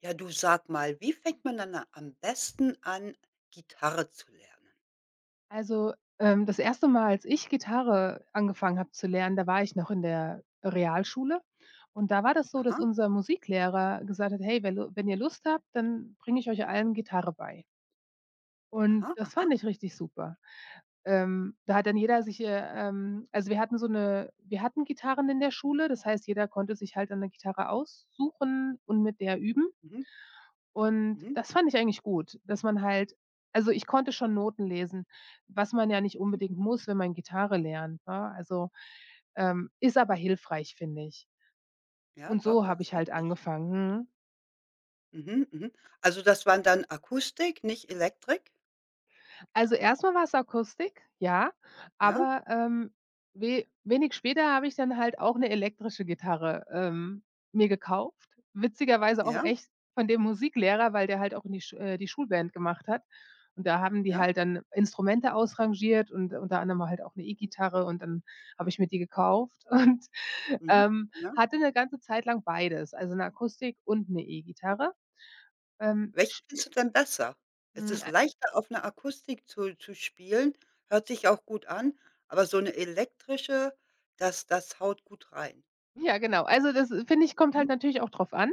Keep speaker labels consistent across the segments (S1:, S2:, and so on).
S1: Ja, du sag mal, wie fängt man dann a am besten an, Gitarre zu lernen?
S2: Also, Das erste Mal, als ich Gitarre angefangen habe zu lernen, da war ich noch in der Realschule, und da war das so, dass
S1: Aha,
S2: unser Musiklehrer gesagt hat: „Hey, wenn ihr Lust habt, dann bringe ich euch allen Gitarre bei.“ Und
S1: aha,
S2: das
S1: aha.
S2: fand ich richtig super. Da hat dann jeder sich, also, wir hatten Gitarren in der Schule, das heißt, jeder konnte sich halt eine Gitarre aussuchen und mit der üben.
S1: Mhm,
S2: Und
S1: mhm,
S2: das fand ich eigentlich gut, dass man halt also, ich konnte schon Noten lesen, was man ja nicht
S1: mhm,
S2: unbedingt muss, wenn man Gitarre lernt, ne? Also, ist aber
S1: mhm.
S2: hilfreich, finde ich.
S1: Ja,
S2: Und
S1: doch,
S2: so
S1: das
S2: habe
S1: ist
S2: ich halt
S1: richtig.
S2: angefangen. Mhm.
S1: Mhm, mhm. Also, das waren dann Akustik, nicht Elektrik?
S2: Also, erstmal mal war's Akustik, ja,
S1: Ja,
S2: aber, we wenig später habe ich dann halt auch 'ne elektrische Gitarre, mir gekauft. Witzigerweise auch
S1: ja,
S2: echt von dem Musiklehrer, weil der halt auch in die Schulband gemacht hat. Und da haben die
S1: ja.
S2: halt dann Instrumente ausrangiert und unter anderem halt auch 'ne E-Gitarre, und dann habe ich mir die gekauft und,
S1: Mhm, ja.
S2: hatte 'ne ganze Zeit lang beides, also 'ne Akustik und 'ne E-Gitarre. Ähm,
S1: Welche findest du denn besser? Es ist
S2: hm
S1: leichter, auf einer Akustik zu spielen, hört sich auch gut an, aber so eine elektrische, das haut gut rein.
S2: Ja, genau. Also, das finde ich, kommt
S1: Mhm,
S2: halt natürlich auch drauf an.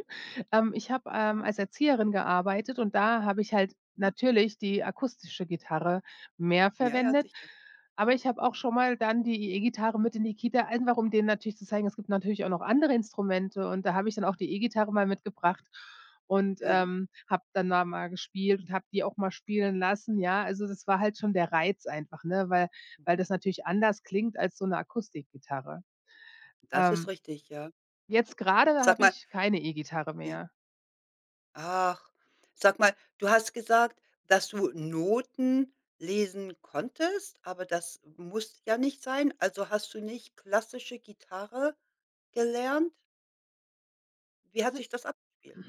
S2: Ich habe,
S1: ja,
S2: als Erzieherin gearbeitet, und da habe ich halt
S1: mhm.
S2: natürlich die akustische Gitarre mehr
S1: Ja, ja,
S2: verwendet,
S1: sicher.
S2: aber ich habe auch schon mal dann die E-Gitarre mit in die Kita, einfach um denen natürlich zu zeigen, es gibt natürlich auch noch andere Instrumente, und da habe ich dann auch die E-Gitarre mal mitgebracht und,
S1: Ja, ja.
S2: habe dann da mal gespielt und habe die auch mal spielen lassen, ja? Also, das war halt schon der Reiz einfach, ne, weil weil
S1: Mhm.
S2: das natürlich anders klingt als so eine Akustikgitarre.
S1: Das ist
S2: Ähm
S1: richtig, ja.
S2: Jetzt gerade
S1: Sag
S2: habe
S1: mal,
S2: ich keine E-Gitarre
S1: ja?
S2: mehr.
S1: Ach, sag mal, du hast gesagt, dass du Noten lesen konntest, aber das muss ja nicht sein. Also, hast du nicht klassische Gitarre gelernt? Wie hat
S2: So.
S1: sich das abgespielt?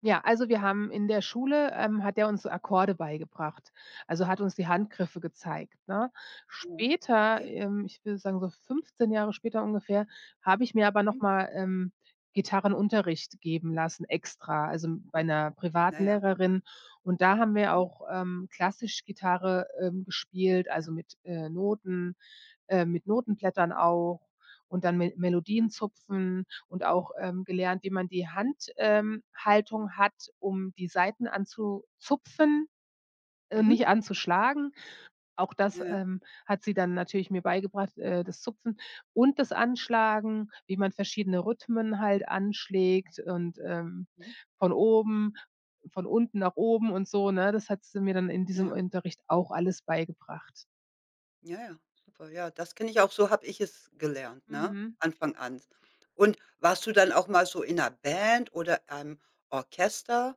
S2: Ja, also wir haben in der Schule, hat er uns so Akkorde beigebracht, also hat uns die Handgriffe gezeigt, ne?
S1: Mhm,
S2: Später,
S1: okay.
S2: ich würde sagen, so 15 Jahre später ungefähr, habe ich mir aber noch
S1: Mhm.
S2: mal, Gitarrenunterricht geben lassen extra, also bei
S1: Aha.
S2: einer
S1: Na
S2: privaten
S1: ja.
S2: Lehrerin. Und da haben wir
S1: Mhm.
S2: auch, klassisch Gitarre, gespielt,
S1: Ja.
S2: also mit, Noten mit
S1: Mhm.
S2: Notenblättern auch, und dann Me
S1: Ja.
S2: Melodien zupfen und auch, gelernt, wie man die Handhaltung Haltung hat, um die Saiten anzuzupfen,
S1: Mhm.
S2: nicht anzuschlagen. Auch das,
S1: Ja, ja.
S2: hat sie dann natürlich mir beigebracht, das Zupfen und das Anschlagen, wie man verschiedene Rhythmen halt anschlägt, und,
S1: Mhm.
S2: von oben von unten nach oben und so, ne? Das hat sie mir dann in
S1: Ja,
S2: diesem
S1: ja.
S2: Unterricht auch alles beigebracht.
S1: Ja, ja. Super. Ja, das kenne ich auch. So habe ich es gelernt, ne,
S2: Mhm.
S1: Anfang an. Und warst du dann auch mal so in einer Band oder einem Orchester?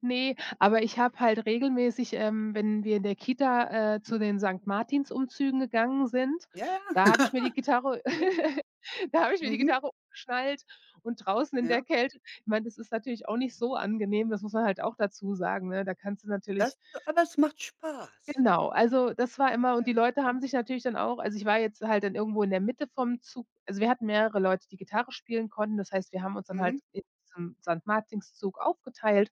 S2: Ne, aber ich habe halt regelmäßig, wenn wir in der Kita, zu den Sankt-Martins-Umzügen gegangen sind,
S1: Ja, ja.
S2: da habe ich mir die Gitarre
S1: Okay.
S2: da habe ich mir die
S1: Mhm.
S2: Gitarre umgeschnallt, und draußen in der
S1: Ja.
S2: Kälte ich meine, das ist natürlich auch nicht so angenehm, das muss man halt auch dazu sagen, ne? Da kannst du natürlich
S1: Das Aber es macht Spaß.
S2: Genau, also das war immer, und die
S1: Ja.
S2: Leute haben sich natürlich dann auch also ich war jetzt halt dann irgendwo in der Mitte vom Zug, also wir hatten mehrere Leute, die Gitarre spielen konnten. Das heißt, wir haben uns dann
S1: Mhm.
S2: halt in diesem Sankt-Martinszug aufgeteilt,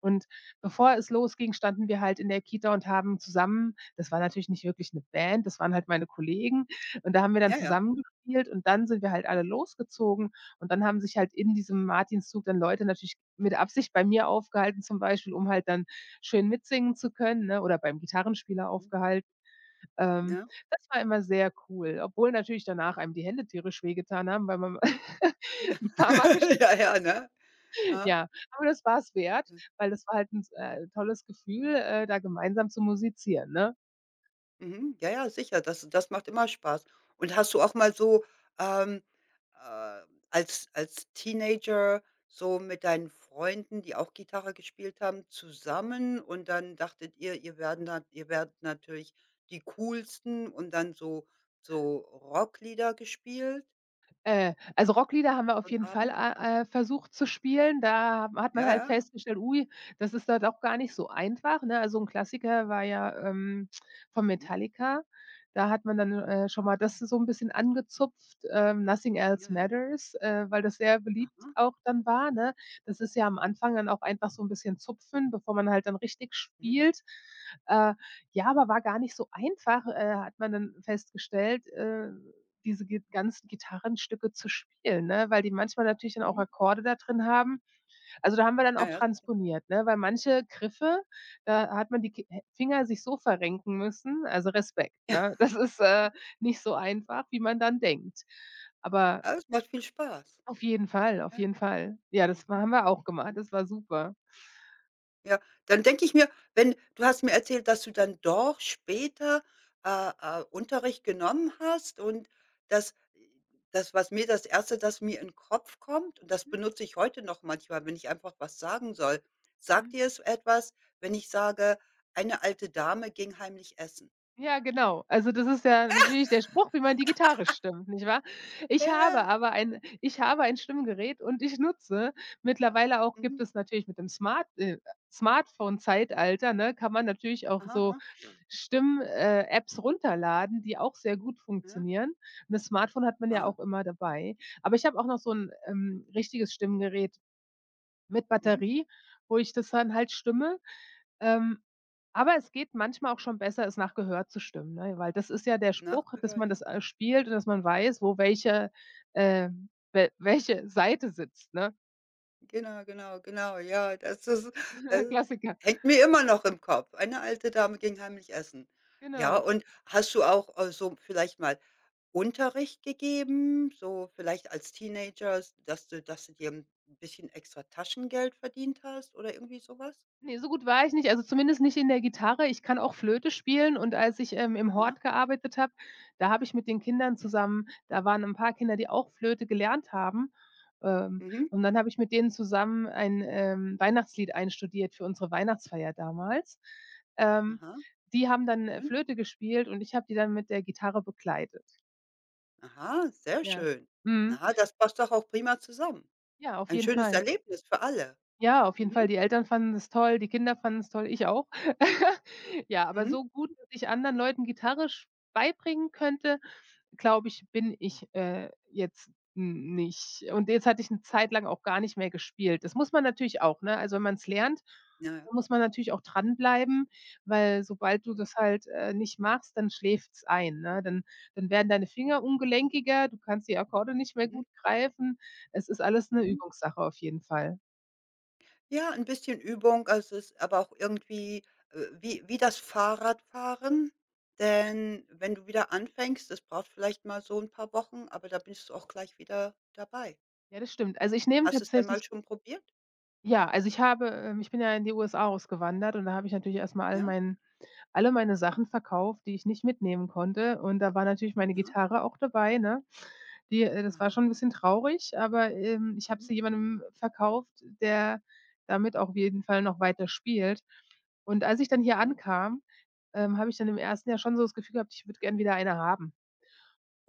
S2: und bevor es losging, standen wir halt in der Kita und haben zusammen das war natürlich nicht wirklich 'ne Band, das waren halt meine Kollegen, und da haben wir dann
S1: Ja, ja.
S2: zusammen gespielt und dann sind wir halt alle losgezogen, und dann haben sich halt in diesem Martinszug dann Leute natürlich mit Absicht bei mir aufgehalten zum Beispiel, um halt dann schön mitsingen zu können, ne, oder beim Gitarrenspieler
S1: Mhm.
S2: aufgehalten. Ähm,
S1: Ja.
S2: Das war immer sehr cool, obwohl natürlich danach einem die Hände tierisch wehgetan haben, weil man 'n paar Mal gesch
S1: Ja, ja, ne? Ja.
S2: ja, aber das war's wert, weil das war halt 'n tolles Gefühl, da gemeinsam zu musizieren, ne?
S1: Mhm. Ja, ja, sicher, das macht immer Spaß. Und hast du auch mal so, ähm, äh, als Teenager so mit deinen Freunden, die auch Gitarre gespielt haben, zusammen und dann dachtet ihr, ihr werden da ihr werdet natürlich die Coolsten und dann so Rocklieder gespielt
S2: Also Rocklieder haben wir auf
S1: und
S2: jeden Fall,
S1: Abend.
S2: versucht zu spielen. Da hat man
S1: Ja,
S2: halt
S1: ja.
S2: festgestellt: „Ui, das ist halt auch gar nicht so einfach“, ne? Also ein Klassiker war ja, von
S1: Mhm.
S2: Metallica. Da hat man dann, schon
S1: Ja,
S2: mal das so ein bisschen angezupft, „Nothing
S1: ja,
S2: Else
S1: ja.
S2: Matters“, weil das sehr beliebt
S1: Aha.
S2: auch dann war, ne? Das ist ja am Anfang dann auch einfach so ein bisschen zupfen, bevor man halt dann richtig
S1: Mhm.
S2: spielt. Äh, ja, aber war gar nicht so einfach, hat man dann festgestellt, diese gi ganzen Gitarrenstücke zu spielen, ne, weil die manchmal natürlich dann auch
S1: Mhm.
S2: Akkorde da drin haben. Also, da haben wir dann
S1: Ja,
S2: auch
S1: ja, sicher.
S2: transponiert, ne, weil manche Griffe, da hat man die Ki Finger sich so verrenken müssen, also Respekt,
S1: Ja,
S2: ne? Das ist, nicht so einfach, wie man dann denkt. Aber
S1: ja, das macht viel Spaß.
S2: auf jeden Fall, auf
S1: Ja.
S2: jeden Fall. Ja, das war
S1: Mhm.
S2: haben wir auch gemacht.
S1: Mhm.
S2: Das war super.
S1: Ja, dann denke ich mir, wenn du hast mir erzählt, dass du dann doch später, Unterricht genommen hast und das was mir, das mir in den Kopf kommt und das benutze ich heute noch manchmal, wenn ich einfach was sagen soll. Sagt
S2: Mhm.
S1: dir es etwas, wenn ich sage: „Eine alte Dame ging heimlich essen?“
S2: Ja, genau. Also, das ist ja natürlich der Spruch, wie man die Gitarre stimmt, nicht wahr?
S1: Ja, ja.
S2: Ich habe ein Stimmgerät, und ich nutze mittlerweile auch
S1: Mhm.
S2: gibt es natürlich mit dem Smartphone-Zeitalter, ne, kann man natürlich auch
S1: Aha,
S2: so
S1: aha.
S2: Stimm Apps runterladen, die auch sehr gut
S1: Ja.
S2: funktionieren. Und das Smartphone hat man ja
S1: Aha.
S2: auch immer dabei. Aber ich habe auch noch so ein richtiges Stimmgerät mit
S1: Mhm.
S2: Batterie, wo ich das dann halt stimme, ähm, aber es geht manchmal auch schon besser, es nach Gehör zu stimmen, ne? Weil das ist ja der Spruch, dass
S1: Nachgehör,
S2: man das,
S1: ja.
S2: spielt und dass man weiß, wo welche, welche Seite sitzt, ne?
S1: Genau, genau, genau, ja, das ist, also,
S2: Klassiker,
S1: hängt mir immer noch im Kopf. Eine alte Dame ging heimlich essen. Ja,
S2: genau.
S1: und hast du auch, so vielleicht mal Unterricht gegeben, so vielleicht als Teenager, s dass du dir ein bisschen extra Taschengeld verdient hast oder irgendwie sowas?
S2: Ne, so gut war ich nicht, also zumindest nicht in der Gitarre. Ich kann auch Flöte spielen, und als ich, im
S1: Ja?
S2: Hort gearbeitet habe, da habe ich mit den Kindern zusammen da waren 'n paar Kinder, die auch Flöte gelernt haben, ähm,
S1: Mhm.
S2: und dann habe ich mit denen zusammen ein, Weihnachtslied einstudiert für unsere Weihnachtsfeier damals. Ähm,
S1: Aha,
S2: Die haben dann,
S1: schön.
S2: Flöte gespielt und ich habe die dann mit der Gitarre begleitet.
S1: Aha, sehr
S2: Ja.
S1: schön.
S2: Mhm.
S1: Na, das passt doch auch prima zusammen.
S2: Ja, auf
S1: Ein
S2: jeden
S1: schönes
S2: Fall.
S1: Erlebnis für alle.
S2: Ja, auf jeden Fall.
S1: Mhm,
S2: Die Eltern fanden es toll, die Kinder fanden es toll, ich auch. Ja, aber
S1: mhm.
S2: so gut, dass ich anderen Leuten Gitarre sch beibringen könnte, glaube ich, bin ich, jetzt n nicht. Und jetzt hatte ich eine Zeit lang auch gar nicht mehr gespielt. Das muss man natürlich auch, ne? Also, wenn man es lernt,
S1: Ja, ja.
S2: dann muss man natürlich auch dranbleiben, weil sobald du
S1: Mhm,
S2: das halt, nicht machst, dann schläft's ein, ne? Dann werden deine Finger ungelenkiger, du kannst die Akkorde nicht mehr
S1: mhm,
S2: gut greifen. Es ist alles eine
S1: mhm.
S2: Übungssache auf jeden Fall.
S1: Ja, ein bisschen Übung, also, es ist aber auch irgendwie, wie das Fahrradfahren. Denn wenn du wieder anfängst, das braucht vielleicht mal so ein paar Wochen, aber da bist du auch gleich wieder dabei.
S2: Ja, das stimmt. Also, ich nehme
S1: Hast du es denn mal
S2: tatsächlich
S1: schon probiert?
S2: Ja, also, ich bin ja in die USA ausgewandert, und da habe ich natürlich erst mal
S1: Ja?
S2: alle meine Sachen verkauft, die ich nicht mitnehmen konnte. Und da war natürlich meine
S1: Aha,
S2: Gitarre auch dabei, ne? Die Das war schon ein
S1: aha,
S2: bisschen traurig, aber, ich habe
S1: mhm,
S2: sie jemandem verkauft, der damit auch auf jeden Fall noch weiter spielt. Und als ich dann hier
S1: mhm.
S2: ankam, habe ich dann im ersten Jahr schon so das Gefühl gehabt, ich würde gern wieder eine haben.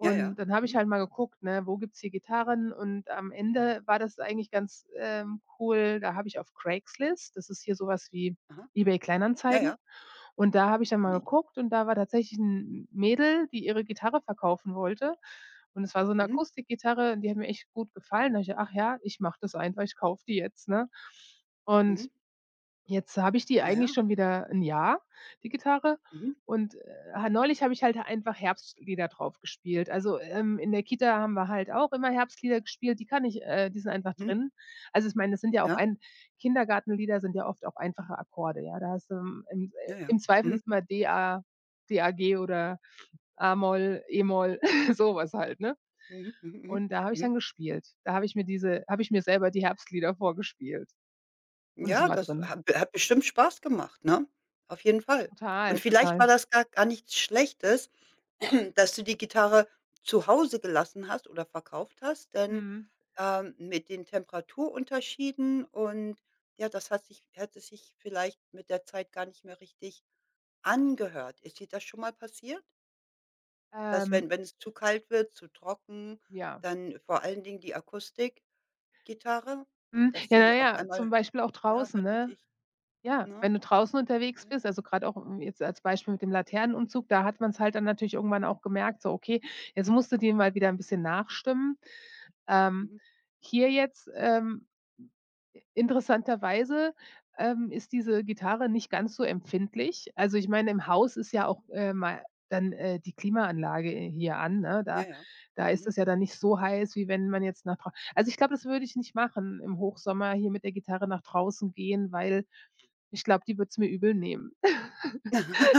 S1: Ja, ja,
S2: dann habe ich
S1: mhm,
S2: halt mal geguckt, ne, wo gibt's hier Gitarren? Und am Ende war das eigentlich ganz, cool. Da habe ich auf Craigslist das ist hier so was wie
S1: aha,
S2: eBay
S1: ja,
S2: Kleinanzeigen.
S1: ja,
S2: Und da habe ich dann
S1: kenne
S2: mal
S1: ich.
S2: geguckt, und da war tatsächlich ein Mädel, die ihre Gitarre verkaufen wollte. Und es war so eine
S1: Mhm,
S2: Akustikgitarre und die hat mir echt gut gefallen. Da habe ich gedacht: „Ach ja, ich mache das einfach, ich kaufe die jetzt“, ne? Und
S1: mhm,
S2: Jetzt habe ich die
S1: na
S2: eigentlich
S1: ja,
S2: schon wieder ein Jahr, die Gitarre.
S1: mhm,
S2: Und, ha neulich habe ich halt einfach Herbstlieder drauf gespielt. Also, in der Kita haben wir halt auch immer Herbstlieder gespielt, die kann ich die sind einfach
S1: mhm,
S2: drin. Also, ich meine, das sind ja auch
S1: ja,
S2: ein Kindergartenlieder sind ja oft auch einfache Akkorde, ja. Da hast du
S1: ja, ja,
S2: im Zweifel
S1: mhm,
S2: ist immer D, A, D-A-G oder A-Moll, E-Moll, sowas halt, ne?
S1: mhm, mhm, mhm,
S2: Und da habe ich
S1: mhm.
S2: dann gespielt. Da habe ich mir diese habe ich mir selber die Herbstlieder vorgespielt, und es
S1: Ja,
S2: war
S1: das
S2: drin.
S1: hat bestimmt Spaß gemacht, ne? Auf jeden Fall. Und
S2: Total,
S1: vielleicht war
S2: total.
S1: das gar nichts Schlechtes, dass du die Gitarre zu Hause gelassen hast oder verkauft hast, denn,
S2: Mhm.
S1: mit den Temperaturunterschieden und ja, das hat sich hätte sich vielleicht mit der Zeit gar nicht mehr richtig angehört. Ist dir das schon mal passiert, dass wenn
S2: Ähm,
S1: wenn es zu kalt wird, zu trocken,
S2: ja.
S1: dann vor allen Dingen die Akustikgitarre,
S2: Hm,
S1: dass
S2: ja, na
S1: sie auf
S2: ja, zum
S1: einmal,
S2: Beispiel auch
S1: ja,
S2: draußen,
S1: hörte
S2: ne?
S1: ich,
S2: Ja,
S1: ne? Ja,
S2: wenn du draußen unterwegs
S1: ja,
S2: bist, also grad auch, jetzt als Beispiel mit dem Laternenumzug, da hat man's halt dann natürlich irgendwann
S1: mhm,
S2: auch gemerkt, so: „Okay, jetzt musst du dir mal wieder 'n bisschen nachstimmen.“ Ähm,
S1: mhm.
S2: hier jetzt, ähm Interessanterweise, ist diese Gitarre nicht ganz so empfindlich. Also, ich meine, im Haus ist ja auch, mal dann, die Klimaanlage, hier an, ne?
S1: Ja,
S2: Da
S1: ja.
S2: da ist
S1: Mhm.
S2: es ja dann nicht so heiß, wie wenn man jetzt nach draußen. Also, ich glaube, das würde ich nicht machen, im Hochsommer hier mit der Gitarre nach draußen gehen, weil ich glaube, die wird's mir übel nehmen.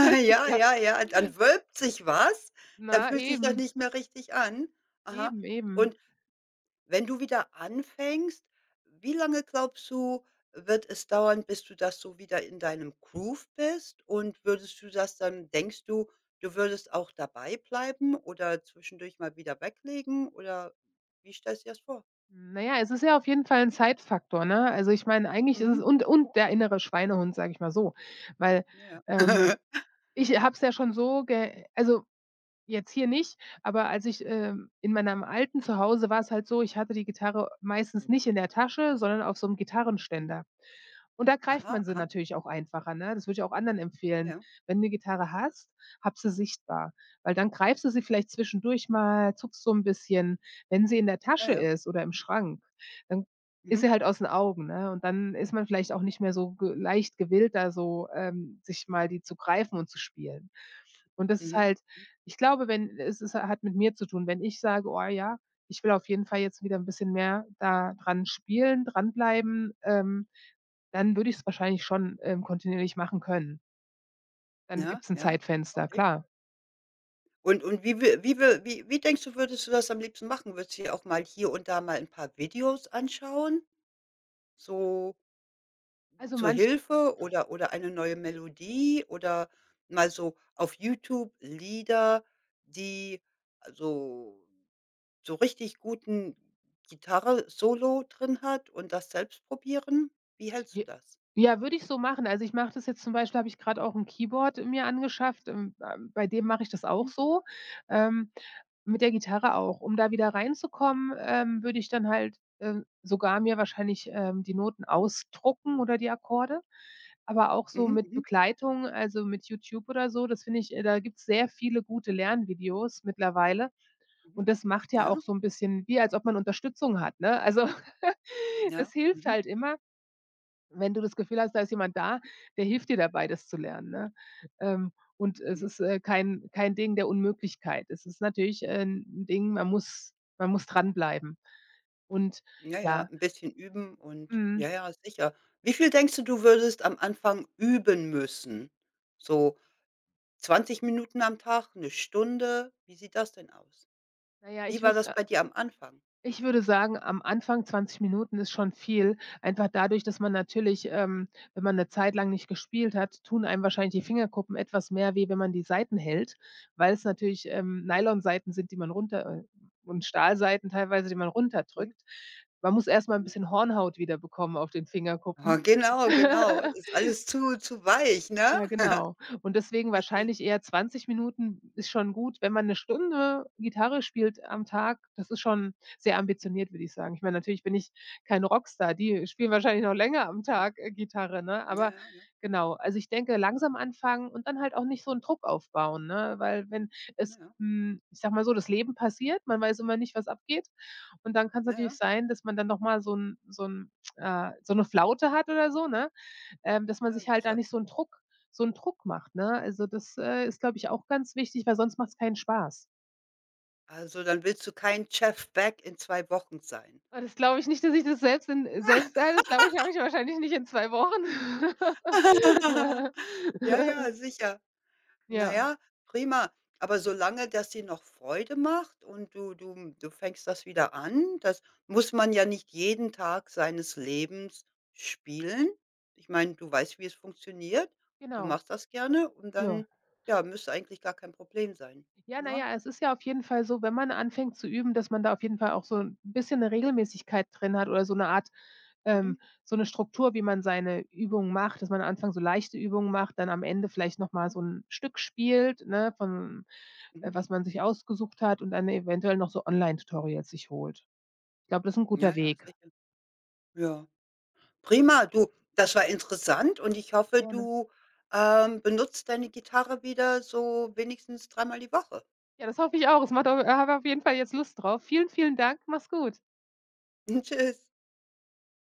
S2: Das ist
S1: Ja,
S2: ja
S1: ja, ja, dann wölbt sich was, dann
S2: na,
S1: fühlt sich das
S2: eben,
S1: nicht mehr richtig an. Aha.
S2: eben, eben.
S1: Und wenn du wieder anfängst, wie lange glaubst du, wird es dauern, bis du das so wieder in deinem Groove bist? Und würdest du das dann denkst du, du würdest auch dabei bleiben oder zwischendurch mal wieder weglegen oder wie stellst du dir das vor?
S2: Na ja, es ist ja auf jeden Fall ein Zeitfaktor, ne? Also, ich meine, eigentlich ist es
S1: Mhm.
S2: und der innere Schweinehund, sage ich mal so, weil,
S1: Ja.
S2: ähm, ich habe es ja schon so ge also, jetzt hier nicht, aber als ich, in meinem alten Zuhause war es halt so, ich hatte die Gitarre meistens nicht in der Tasche, sondern auf so 'nem
S1: Mhm.
S2: Gitarrenständer. Und da greift
S1: Aha,
S2: man sie
S1: aha.
S2: natürlich auch einfacher, ne? Das würde ich auch anderen empfehlen.
S1: Ja,
S2: Wenn du 'ne Gitarre hast, hab sie sichtbar, weil dann greifst du sie vielleicht zwischendurch mal, zuckst so 'n bisschen. Wenn sie in der
S1: ja,
S2: Tasche
S1: ja.
S2: ist oder im Schrank, dann ist
S1: Mhm,
S2: sie halt aus den Augen, ne? Und dann ist man vielleicht auch nicht mehr so ge leicht gewillt, da so, sich mal die zu greifen und zu spielen. Und das ist
S1: mhm.
S2: halt ich glaube, wenn es es hat mit mir zu tun. Wenn ich sage: „Oh ja, ich will auf jeden Fall jetzt wieder 'n bisschen mehr da dran spielen, dranbleiben“, dann würde ich's wahrscheinlich schon, kontinuierlich machen können. Dann
S1: Ja,
S2: gibt's 'n
S1: ja.
S2: Zeitfenster,
S1: Okay.
S2: klar.
S1: Und wie wi wie wi wie wie denkst du, würdest du das am liebsten machen? Würdest du dir auch mal hier und da mal ein paar Videos anschauen, so
S2: Also,
S1: zur
S2: manch
S1: Hilfe oder eine neue Melodie oder mal so auf YouTube Lieder, die so so richtig guten Gitarre-Solo drin hat und das selbst probieren? Wie hältst du
S2: j
S1: das?
S2: ja, würde ich so machen. Also, ich mache das jetzt zum Beispiel habe ich grad auch 'n Keyboard mir angeschafft, ba bei dem mache ich das auch
S1: Mhm,
S2: so, ähm, mit der Gitarre auch. Um da wieder reinzukommen, würde ich dann halt, sogar mir wahrscheinlich, die Noten ausdrucken oder die Akkorde, aber auch so
S1: mhm,
S2: mit
S1: mhm,
S2: Begleitung, also, mit YouTube oder so. Das finde ich da gibt's sehr viele gute Lernvideos mittlerweile.
S1: mhm.
S2: Und das macht ja auch
S1: Ja,
S2: so 'n bisschen wie, als ob man Unterstützung hat, ne? Also, das
S1: ja,
S2: hilft
S1: mhm,
S2: halt immer, wenn du das Gefühl hast, da ist jemand da, der hilft dir dabei, das zu lernen, ne? Und es
S1: mhm.
S2: ist, kein Ding der Unmöglichkeit. Es ist natürlich, 'n Ding, man muss dranbleiben. Und
S1: Ja, ja,
S2: ja,
S1: ein bisschen üben und ja,
S2: mhm,
S1: ja, sicher. Wie viel denkst du würdest am Anfang üben müssen? So 20 Minuten am Tag, eine Stunde? Wie sieht das denn aus?
S2: na ja,
S1: Wie
S2: ich
S1: war das
S2: würde
S1: bei dir am Anfang?
S2: Ich würde sagen, am Anfang 20 Minuten ist schon viel. Einfach dadurch, dass man natürlich, wenn man 'ne Zeit lang nicht gespielt hat, tun einem wahrscheinlich die Fingerkuppen etwas mehr weh, wenn man die Saiten hält, weil es natürlich,
S1: Mhm,
S2: Nylonsaiten sind, die man runter und Stahlsaiten teilweise, die man
S1: mhm,
S2: runterdrückt. Man muss erst mal 'n
S1: mhm.
S2: bisschen Hornhaut wiederbekommen auf den
S1: Ah,
S2: Fingerkuppen.
S1: genau, genau. Ist alles zu weich, ne?
S2: Ja, genau. Und deswegen
S1: Richtig.
S2: wahrscheinlich eher 20 Minuten ist schon gut. Wenn man 'ne Stunde Gitarre spielt am Tag, das ist schon sehr ambitioniert, würde ich sagen. Ich meine, natürlich bin ich kein Rockstar. Die spielen wahrscheinlich noch länger am
S1: Hm.
S2: Tag, Gitarre, ne?
S1: Ja,
S2: Aber
S1: ja, ja.
S2: genau, also, ich denke, langsam anfangen und dann halt auch nicht so 'n Druck aufbauen, ne? Weil wenn
S1: Na
S2: es
S1: ja,
S2: hm, ich sage mal so, das Leben passiert, man weiß immer nicht, was abgeht. Und dann kann's natürlich
S1: ja.
S2: sein, dass man dann noch mal so 'n so 'n, so 'ne Flaute hat oder so, ne? Dass man
S1: Ja,
S2: sich halt da
S1: sicher.
S2: nicht so 'n Druck so 'n Druck macht, ne? Also, das, ist, glaube ich, auch ganz wichtig, weil sonst macht's keinen Spaß.
S1: Also, dann willst du kein Jeff Beck in 2 Wochen sein.
S2: Ah, das glaube ich nicht, dass ich das selbst in selbst ja, das glaube ich habe ich wahrscheinlich nicht in 2 Wochen.
S1: Ja, ja, sicher. Na
S2: Ja,
S1: ja, prima. Aber solange das dir noch Freude macht und du fängst das wieder an, das muss man ja nicht jeden Tag seines Lebens spielen. Ich meine, du weißt, wie es funktioniert. Du
S2: genau.
S1: machst das gerne und
S2: Ja.
S1: dann, ja, müsste eigentlich gar kein Problem sein,
S2: Ja,
S1: ne?
S2: naja, es ist ja auf jeden Fall so, wenn man anfängt zu üben, dass man da auf jeden Fall auch so 'n bisschen 'ne Regelmäßigkeit drin hat oder so 'ne Art ähm,
S1: Mhm,
S2: so 'ne Struktur, wie man seine Übungen macht, dass man am Anfang so leichte Übungen macht, dann am Ende vielleicht noch mal
S1: mhm,
S2: so 'n Stück spielt, ne, von
S1: mhm.
S2: was man sich ausgesucht hat und dann eventuell noch so Online-Tutorials sich holt. Ich glaube, das ist 'n
S1: Ja,
S2: guter
S1: ja,
S2: Weg.
S1: sicher. Ja. Prima, du, das war interessant und ich hoffe,
S2: Gerne.
S1: du, benutzt deine Gitarre wieder so wenigstens dreimal die Woche.
S2: Ja, das hoffe ich auch. Es macht au habe auf jeden Fall jetzt Lust drauf. Vielen, vielen Dank. Mach's gut.
S1: Tschüss.